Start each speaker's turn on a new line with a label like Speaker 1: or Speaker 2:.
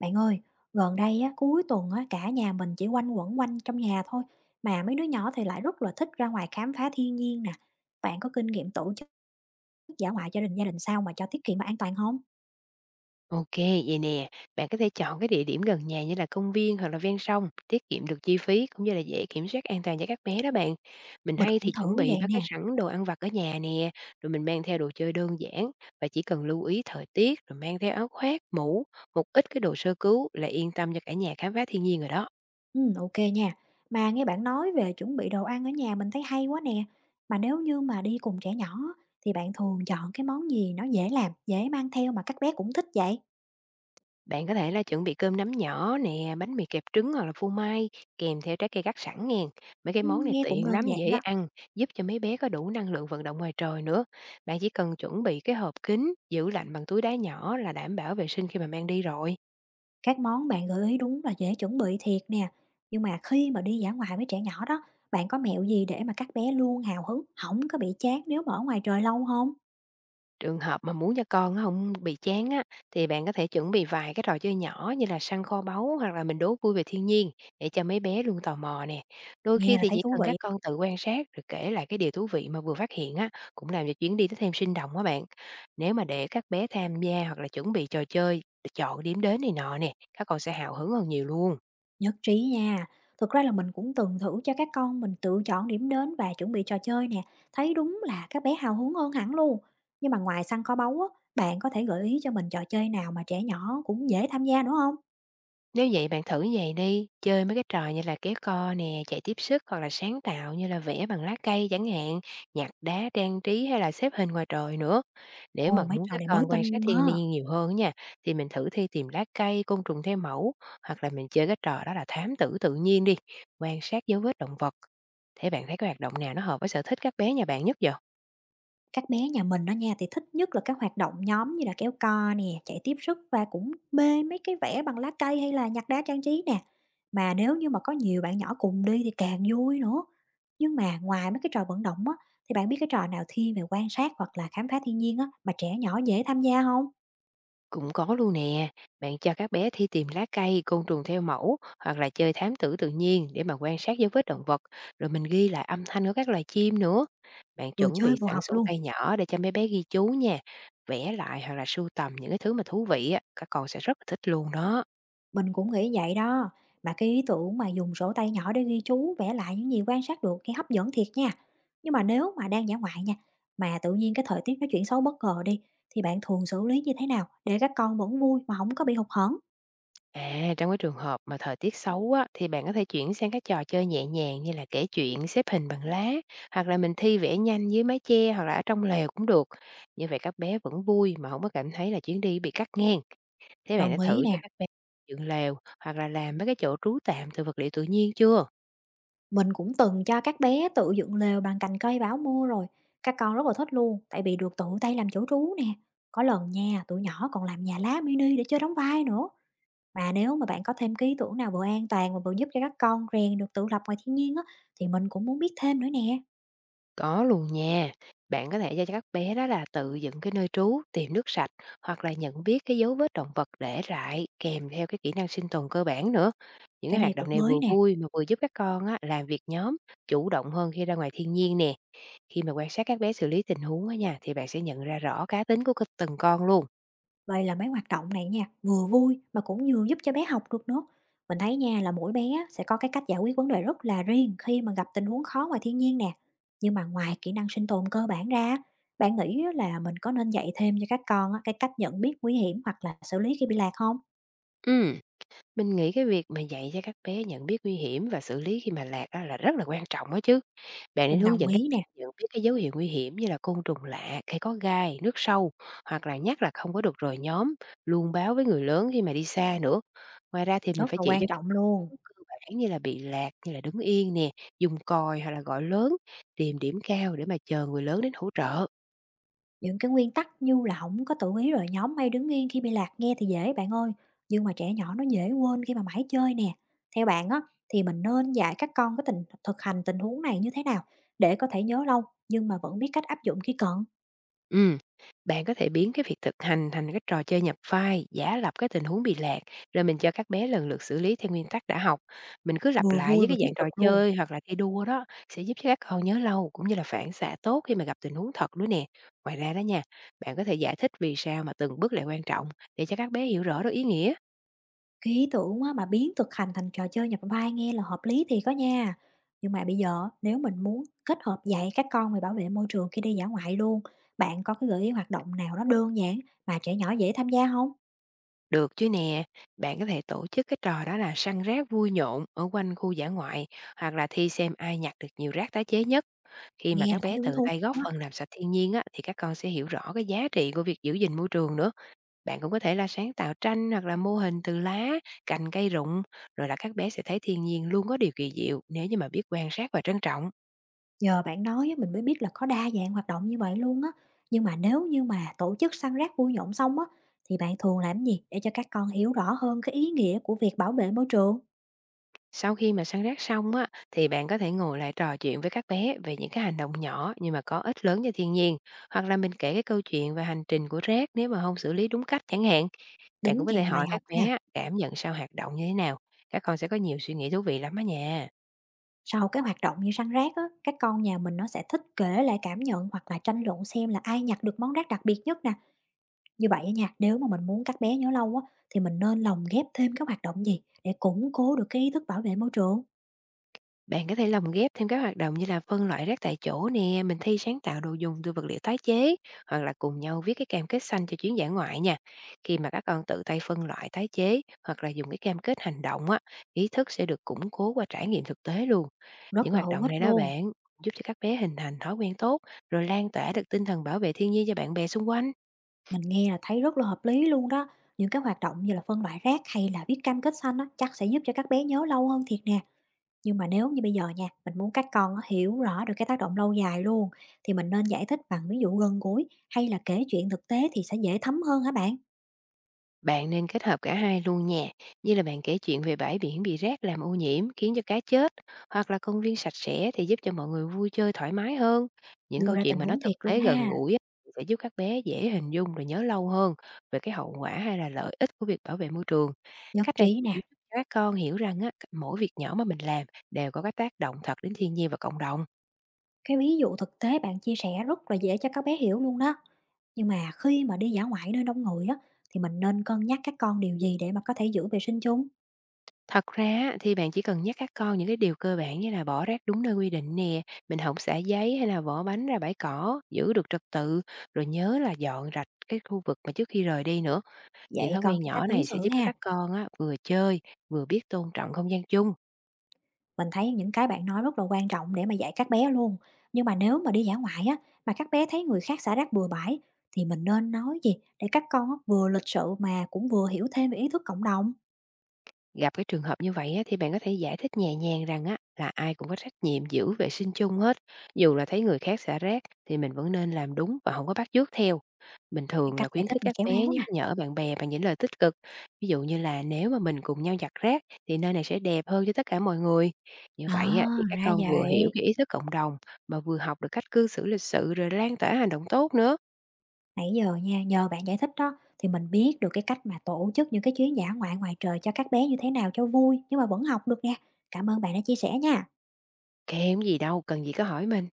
Speaker 1: Bạn ơi, gần đây á, cuối tuần á, cả nhà mình chỉ quanh quẩn quanh trong nhà thôi, mà mấy đứa nhỏ thì lại rất là thích ra ngoài khám phá thiên nhiên nè. Bạn có kinh nghiệm tổ chức dã ngoại cho gia đình sao mà cho tiết kiệm và an toàn không?
Speaker 2: OK, vậy nè, bạn có thể chọn cái địa điểm gần nhà như là công viên hoặc là ven sông, tiết kiệm được chi phí cũng như là dễ kiểm soát an toàn cho các bé đó bạn. Mình
Speaker 1: Mình
Speaker 2: hay
Speaker 1: cũng
Speaker 2: thì
Speaker 1: thử
Speaker 2: chuẩn
Speaker 1: như
Speaker 2: bị ba
Speaker 1: vậy
Speaker 2: cái
Speaker 1: nè.
Speaker 2: sẵn đồ ăn vặt ở nhà nè, rồi mình mang theo đồ chơi đơn giản và chỉ cần lưu ý thời tiết rồi mang theo áo khoác, mũ, một ít cái đồ sơ cứu là yên tâm cho cả nhà khám phá thiên nhiên rồi đó.
Speaker 1: Ừ, ok nha. Mà nghe bạn nói về chuẩn bị đồ ăn ở nhà mình thấy hay quá nè. Mà nếu như mà đi cùng trẻ nhỏ thì bạn thường chọn cái món gì nó dễ làm, dễ mang theo mà các bé cũng thích vậy?
Speaker 2: Bạn có thể là chuẩn bị cơm nắm nhỏ nè, bánh mì kẹp trứng hoặc là phô mai kèm theo trái cây cắt sẵn nghen. Mấy cái
Speaker 1: Ừ,
Speaker 2: món này
Speaker 1: nghe cũng
Speaker 2: tiện
Speaker 1: đơn
Speaker 2: lắm,
Speaker 1: giản
Speaker 2: dễ
Speaker 1: đó.
Speaker 2: ăn, giúp cho mấy bé có đủ năng lượng vận động ngoài trời nữa. Bạn chỉ cần chuẩn bị cái hộp kính, giữ lạnh bằng túi đá nhỏ là đảm bảo vệ sinh khi mà mang đi rồi.
Speaker 1: Các món bạn gợi ý đúng là dễ chuẩn bị thiệt nè, nhưng mà khi mà đi dã ngoại với trẻ nhỏ đó, bạn có mẹo gì để mà các bé luôn hào hứng, không có bị chán nếu mà ở ngoài trời lâu không?
Speaker 2: Trường hợp mà muốn cho con nó không bị chán á, thì bạn có thể chuẩn bị vài cái trò chơi nhỏ như là săn kho báu hoặc là mình đố vui về thiên nhiên để cho mấy bé luôn tò mò nè. Đôi khi
Speaker 1: Nghe là
Speaker 2: thì
Speaker 1: thấy
Speaker 2: chỉ
Speaker 1: thú
Speaker 2: cần các
Speaker 1: vị,
Speaker 2: con tự quan sát rồi kể lại cái điều thú vị mà vừa phát hiện á, cũng làm cho chuyến đi nó thêm sinh động á bạn. Nếu mà để các bé tham gia hoặc là chuẩn bị trò chơi, chọn điểm đến này nọ nè, các con sẽ hào hứng hơn nhiều luôn.
Speaker 1: nhất trí nha. Thực ra là mình cũng từng thử cho các con mình tự chọn điểm đến và chuẩn bị trò chơi nè, thấy đúng là các bé hào hứng hơn hẳn luôn. Nhưng mà ngoài săn kho báu á, bạn có thể gợi ý cho mình trò chơi nào mà trẻ nhỏ cũng dễ tham gia nữa không?
Speaker 2: Nếu vậy bạn thử vậy đi, chơi mấy cái trò như là kéo co nè, chạy tiếp sức hoặc là sáng tạo như là vẽ bằng lá cây chẳng hạn, nhặt đá trang trí hay là xếp hình ngoài trời nữa. Nếu mà
Speaker 1: Ồ, mấy
Speaker 2: muốn
Speaker 1: trò
Speaker 2: các
Speaker 1: này mới
Speaker 2: con quan
Speaker 1: tinh
Speaker 2: sát
Speaker 1: luôn
Speaker 2: thiên
Speaker 1: á.
Speaker 2: nhiên nhiều hơn á nha, thì mình thử thi tìm lá cây, côn trùng theo mẫu, hoặc là mình chơi cái trò đó là thám tử tự nhiên đi, quan sát dấu vết động vật. Thế bạn thấy cái hoạt động nào nó hợp với sở thích các bé nhà bạn nhất vậy?
Speaker 1: Các bé nhà mình đó nha thì thích nhất là các hoạt động nhóm như là kéo co nè, chạy tiếp sức và cũng mê mấy cái vẽ bằng lá cây hay là nhặt đá trang trí nè. Mà nếu như mà có nhiều bạn nhỏ cùng đi thì càng vui nữa. Nhưng mà ngoài mấy cái trò vận động á, thì bạn biết cái trò nào thiên về quan sát hoặc là khám phá thiên nhiên á, mà trẻ nhỏ dễ tham gia không?
Speaker 2: Cũng có luôn nè, bạn cho các bé thi tìm lá cây, côn trùng theo mẫu hoặc là chơi thám tử tự nhiên để mà quan sát dấu vết động vật, rồi mình ghi lại âm thanh của các loài chim nữa. Bạn
Speaker 1: Vừa
Speaker 2: chuẩn bị
Speaker 1: chơi vừa
Speaker 2: sẵn
Speaker 1: học
Speaker 2: sổ
Speaker 1: luôn.
Speaker 2: tay nhỏ để cho mấy bé ghi chú nha, vẽ lại hoặc là sưu tầm những cái thứ mà thú vị á, các con sẽ rất là thích luôn đó.
Speaker 1: Mình cũng nghĩ vậy đó, mà cái ý tưởng mà dùng sổ tay nhỏ để ghi chú, vẽ lại những gì quan sát được nghe hấp dẫn thiệt nha. Nhưng mà nếu mà đang dã ngoại nha, mà tự nhiên cái thời tiết nó chuyển xấu bất ngờ đi, thì bạn thường xử lý như thế nào để các con vẫn vui mà không có bị hụt hẫng?
Speaker 2: À, trong cái trường hợp mà thời tiết xấu á, thì bạn có thể chuyển sang các trò chơi nhẹ nhàng như là kể chuyện, xếp hình bằng lá, hoặc là mình thi vẽ nhanh dưới mái che hoặc là ở trong lều cũng được. Như vậy các bé vẫn vui mà không có cảm thấy là chuyến đi bị cắt ngang. Thế bạn đã
Speaker 1: Đồng ý
Speaker 2: thử cho
Speaker 1: nè.
Speaker 2: các bé dựng lều hoặc là làm mấy cái chỗ trú tạm từ vật liệu tự nhiên chưa?
Speaker 1: Mình cũng từng cho các bé tự dựng lều bằng cành cây bão mưa rồi, các con rất là thích luôn, tại vì được tự tay làm chỗ trú nè. Có lần nha, tụi nhỏ còn làm nhà lá mini để chơi đóng vai nữa. Mà nếu mà bạn có thêm cái ý tưởng nào vừa an toàn mà vừa giúp cho các con rèn được tự lập ngoài thiên nhiên á, thì mình cũng muốn biết thêm nữa nè.
Speaker 2: Có luôn nha. Bạn có thể cho các bé đó là tự dựng cái nơi trú, tìm nước sạch hoặc là nhận biết cái dấu vết động vật để lại kèm theo cái kỹ năng sinh tồn cơ bản nữa. Những cái
Speaker 1: Cái
Speaker 2: hoạt
Speaker 1: này cũng
Speaker 2: động này
Speaker 1: mới
Speaker 2: vừa
Speaker 1: nè.
Speaker 2: vui mà vừa giúp các con á, làm việc nhóm, chủ động hơn khi ra ngoài thiên nhiên nè. Khi mà quan sát các bé xử lý tình huống á nha, thì bạn sẽ nhận ra rõ cá tính của từng con luôn.
Speaker 1: Vậy là mấy hoạt động này nha, vừa vui mà cũng vừa giúp cho bé học được nữa. Mình thấy nha là mỗi bé sẽ có cái cách giải quyết vấn đề rất là riêng khi mà gặp tình huống khó ngoài thiên nhiên nè. Nhưng mà ngoài kỹ năng sinh tồn cơ bản ra, bạn nghĩ á là mình có nên dạy thêm cho các con á, cái cách nhận biết nguy hiểm hoặc là xử lý khi bị lạc không?
Speaker 2: Ừ. Mình nghĩ cái việc mà dạy cho các bé nhận biết nguy hiểm và xử lý khi mà lạc á là rất là quan trọng đó chứ. Bạn nên
Speaker 1: Mình
Speaker 2: hướng
Speaker 1: đồng
Speaker 2: dẫn các
Speaker 1: ý nè,
Speaker 2: nhận biết cái dấu hiệu nguy hiểm như là côn trùng lạ, cây có gai, nước sâu hoặc là nhắc là không có được rồi nhóm, luôn báo với người lớn khi mà đi xa nữa. Ngoài ra thì mình
Speaker 1: rất
Speaker 2: phải
Speaker 1: là
Speaker 2: chỉ cho
Speaker 1: quan
Speaker 2: các
Speaker 1: trọng
Speaker 2: con
Speaker 1: luôn.
Speaker 2: bước cơ bản như là bị lạc, như là đứng yên nè, dùng còi hoặc là gọi lớn, tìm điểm cao để mà chờ người lớn đến hỗ trợ.
Speaker 1: Những cái nguyên tắc như là không có tự ý rồi nhóm hay đứng yên khi bị lạc nghe thì dễ bạn ơi, nhưng mà trẻ nhỏ nó dễ quên khi mà mãi chơi nè. Theo bạn á, thì mình nên dạy các con cái tình thực hành tình huống này như thế nào để có thể nhớ lâu nhưng mà vẫn biết cách áp dụng khi cần,
Speaker 2: Ừm, Bạn có thể biến cái việc thực hành thành cái trò chơi nhập vai, giả lập cái tình huống bị lạc, rồi mình cho các bé lần lượt xử lý theo nguyên tắc đã học. Mình cứ lặp
Speaker 1: vừa
Speaker 2: lại
Speaker 1: vui
Speaker 2: với
Speaker 1: vừa
Speaker 2: cái dạng
Speaker 1: thiết
Speaker 2: trò
Speaker 1: thực luôn.
Speaker 2: chơi hoặc là thi đua đó sẽ giúp cho các con nhớ lâu cũng như là phản xạ tốt khi mà gặp tình huống thật nữa nè. Ngoài ra đó nha, bạn có thể giải thích vì sao mà từng bước lại quan trọng để cho các bé hiểu rõ được ý nghĩa.
Speaker 1: Cái ý tưởng á, mà biến thực hành thành trò chơi nhập vai nghe là hợp lý thì có nha. Nhưng mà bây giờ nếu mình muốn kết hợp dạy các con về bảo vệ môi trường khi đi dã ngoại luôn, bạn có cái gợi ý hoạt động nào nó đơn giản mà trẻ nhỏ dễ tham gia không?
Speaker 2: Được chứ nè, bạn có thể tổ chức cái trò đó là săn rác vui nhộn ở quanh khu dã ngoại hoặc là thi xem ai nhặt được nhiều rác tái chế nhất. Khi mà
Speaker 1: Nghe
Speaker 2: các
Speaker 1: là
Speaker 2: bé
Speaker 1: thấy hứng
Speaker 2: tự
Speaker 1: thú
Speaker 2: tay góp
Speaker 1: quá,
Speaker 2: phần làm sạch thiên nhiên á, thì các con sẽ hiểu rõ cái giá trị của việc giữ gìn môi trường nữa. Bạn cũng có thể là sáng tạo tranh hoặc là mô hình từ lá, cành cây rụng, rồi là các bé sẽ thấy thiên nhiên luôn có điều kỳ diệu nếu như mà biết quan sát và trân trọng.
Speaker 1: nhờ bạn nói á mình mới biết là có đa dạng hoạt động như vậy luôn á. Nhưng mà nếu như mà tổ chức săn rác vui nhộn xong á, thì bạn thường làm gì để cho các con hiểu rõ hơn cái ý nghĩa của việc bảo vệ môi trường?
Speaker 2: Sau khi mà săn rác xong á, thì bạn có thể ngồi lại trò chuyện với các bé về những cái hành động nhỏ nhưng mà có ích lớn cho thiên nhiên. Hoặc là mình kể cái câu chuyện về hành trình của rác nếu mà không xử lý đúng cách chẳng hạn. Bạn cũng
Speaker 1: Đính
Speaker 2: có thể
Speaker 1: kèm bài
Speaker 2: hỏi các
Speaker 1: học
Speaker 2: bé
Speaker 1: ha.
Speaker 2: á, cảm nhận sau hoạt động như thế nào. Các con sẽ có nhiều suy nghĩ thú vị lắm á nha.
Speaker 1: Sau cái hoạt động như săn rác á, các con nhà mình nó sẽ thích kể lại cảm nhận hoặc là tranh luận xem là ai nhặt được món rác đặc biệt nhất nè. Như vậy á nha, nếu mà mình muốn các bé nhớ lâu á, thì mình nên lồng ghép thêm các hoạt động gì để củng cố được cái ý thức bảo vệ môi trường?
Speaker 2: Bạn có thể lồng ghép thêm các hoạt động như là phân loại rác tại chỗ nè, mình thi sáng tạo đồ dùng từ vật liệu tái chế hoặc là cùng nhau viết cái cam kết xanh cho chuyến dã ngoại nha. Khi mà các con tự tay phân loại tái chế hoặc là dùng cái cam kết hành động á, ý thức sẽ được củng cố qua trải nghiệm thực tế luôn. Những
Speaker 1: Rất là
Speaker 2: hoạt
Speaker 1: hữu
Speaker 2: động này
Speaker 1: ích
Speaker 2: đó
Speaker 1: luôn.
Speaker 2: bạn giúp cho các bé hình thành thói quen tốt rồi lan tỏa được tinh thần bảo vệ thiên nhiên cho bạn bè xung quanh.
Speaker 1: Mình nghe là thấy rất là hợp lý luôn đó. Những cái hoạt động như là phân loại rác hay là viết cam kết xanh á, chắc sẽ giúp cho các bé nhớ lâu hơn thiệt nè. Nhưng mà nếu như bây giờ nha, mình muốn các con á, hiểu rõ được cái tác động lâu dài luôn, thì mình nên giải thích bằng ví dụ gần gũi hay là kể chuyện thực tế thì sẽ dễ thấm hơn hả bạn?
Speaker 2: Bạn nên kết hợp cả hai luôn nha, như là bạn kể chuyện về bãi biển bị rác làm ô nhiễm khiến cho cá chết, hoặc là công viên sạch sẽ thì giúp cho mọi người vui chơi thoải mái hơn. Những
Speaker 1: Đưa
Speaker 2: câu
Speaker 1: ra
Speaker 2: chuyện
Speaker 1: tình
Speaker 2: mà nó
Speaker 1: huống
Speaker 2: thực
Speaker 1: thiệt luôn
Speaker 2: tế gần
Speaker 1: ha.
Speaker 2: gũi á, sẽ giúp các bé dễ hình dung rồi nhớ lâu hơn về cái hậu quả hay là lợi ích của việc bảo vệ môi trường.
Speaker 1: Nhất
Speaker 2: Cách này
Speaker 1: trí
Speaker 2: thì cũng
Speaker 1: nè,
Speaker 2: giúp các con hiểu rằng á, mỗi việc nhỏ mà mình làm đều có cái tác động thật đến thiên nhiên và cộng đồng.
Speaker 1: cái ví dụ thực tế bạn chia sẻ rất là dễ cho các bé hiểu luôn đó. Nhưng mà khi mà đi dã ngoại nơi đông người á, thì mình nên cân nhắc các con điều gì để mà có thể giữ vệ sinh chung?
Speaker 2: Thật ra á, thì bạn chỉ cần nhắc các con những cái điều cơ bản như là bỏ rác đúng nơi quy định nè, mình không xả giấy hay là vỏ bánh ra bãi cỏ, giữ được trật tự, rồi nhớ là dọn rạch cái khu vực mà trước khi rời đi nữa.
Speaker 1: Dạy
Speaker 2: Những thói
Speaker 1: con
Speaker 2: quen
Speaker 1: cái cách
Speaker 2: nhỏ
Speaker 1: ứng
Speaker 2: này
Speaker 1: xử
Speaker 2: sẽ giúp cho
Speaker 1: ha.
Speaker 2: các con á, vừa chơi, vừa biết tôn trọng không gian chung.
Speaker 1: Mình thấy những cái bạn nói rất là quan trọng để mà dạy các bé luôn. Nhưng mà nếu mà đi dã ngoại á, mà các bé thấy người khác xả rác bừa bãi thì mình nên nói gì để các con á, vừa lịch sự mà cũng vừa hiểu thêm về ý thức cộng đồng.
Speaker 2: Gặp cái trường hợp như vậy á, thì bạn có thể giải thích nhẹ nhàng rằng á, là ai cũng có trách nhiệm giữ vệ sinh chung hết. Dù là thấy người khác xả rác thì mình vẫn nên làm đúng và không có bắt chước theo. Bình
Speaker 1: Cái
Speaker 2: thường là
Speaker 1: cách giải
Speaker 2: khuyến
Speaker 1: thích
Speaker 2: khích
Speaker 1: này
Speaker 2: các
Speaker 1: khéo
Speaker 2: bé
Speaker 1: léo
Speaker 2: nhắc
Speaker 1: nè.
Speaker 2: nhở bạn bè bằng những lời tích cực. Ví dụ như là nếu mà mình cùng nhau giặt rác thì nơi này sẽ đẹp hơn cho tất cả mọi người. Như
Speaker 1: À,
Speaker 2: vậy á, thì các
Speaker 1: ra
Speaker 2: con vừa hiểu
Speaker 1: vậy.
Speaker 2: cái ý thức cộng đồng mà vừa học được cách cư xử lịch sự rồi lan tỏa hành động tốt nữa.
Speaker 1: Nãy giờ nha, nhờ bạn giải thích đó thì mình biết được cái cách mà tổ chức những cái chuyến dã ngoại ngoài trời cho các bé như thế nào cho vui nhưng mà vẫn học được nè. Cảm ơn bạn đã chia sẻ nha.
Speaker 2: Kèm gì đâu, cần gì có hỏi mình.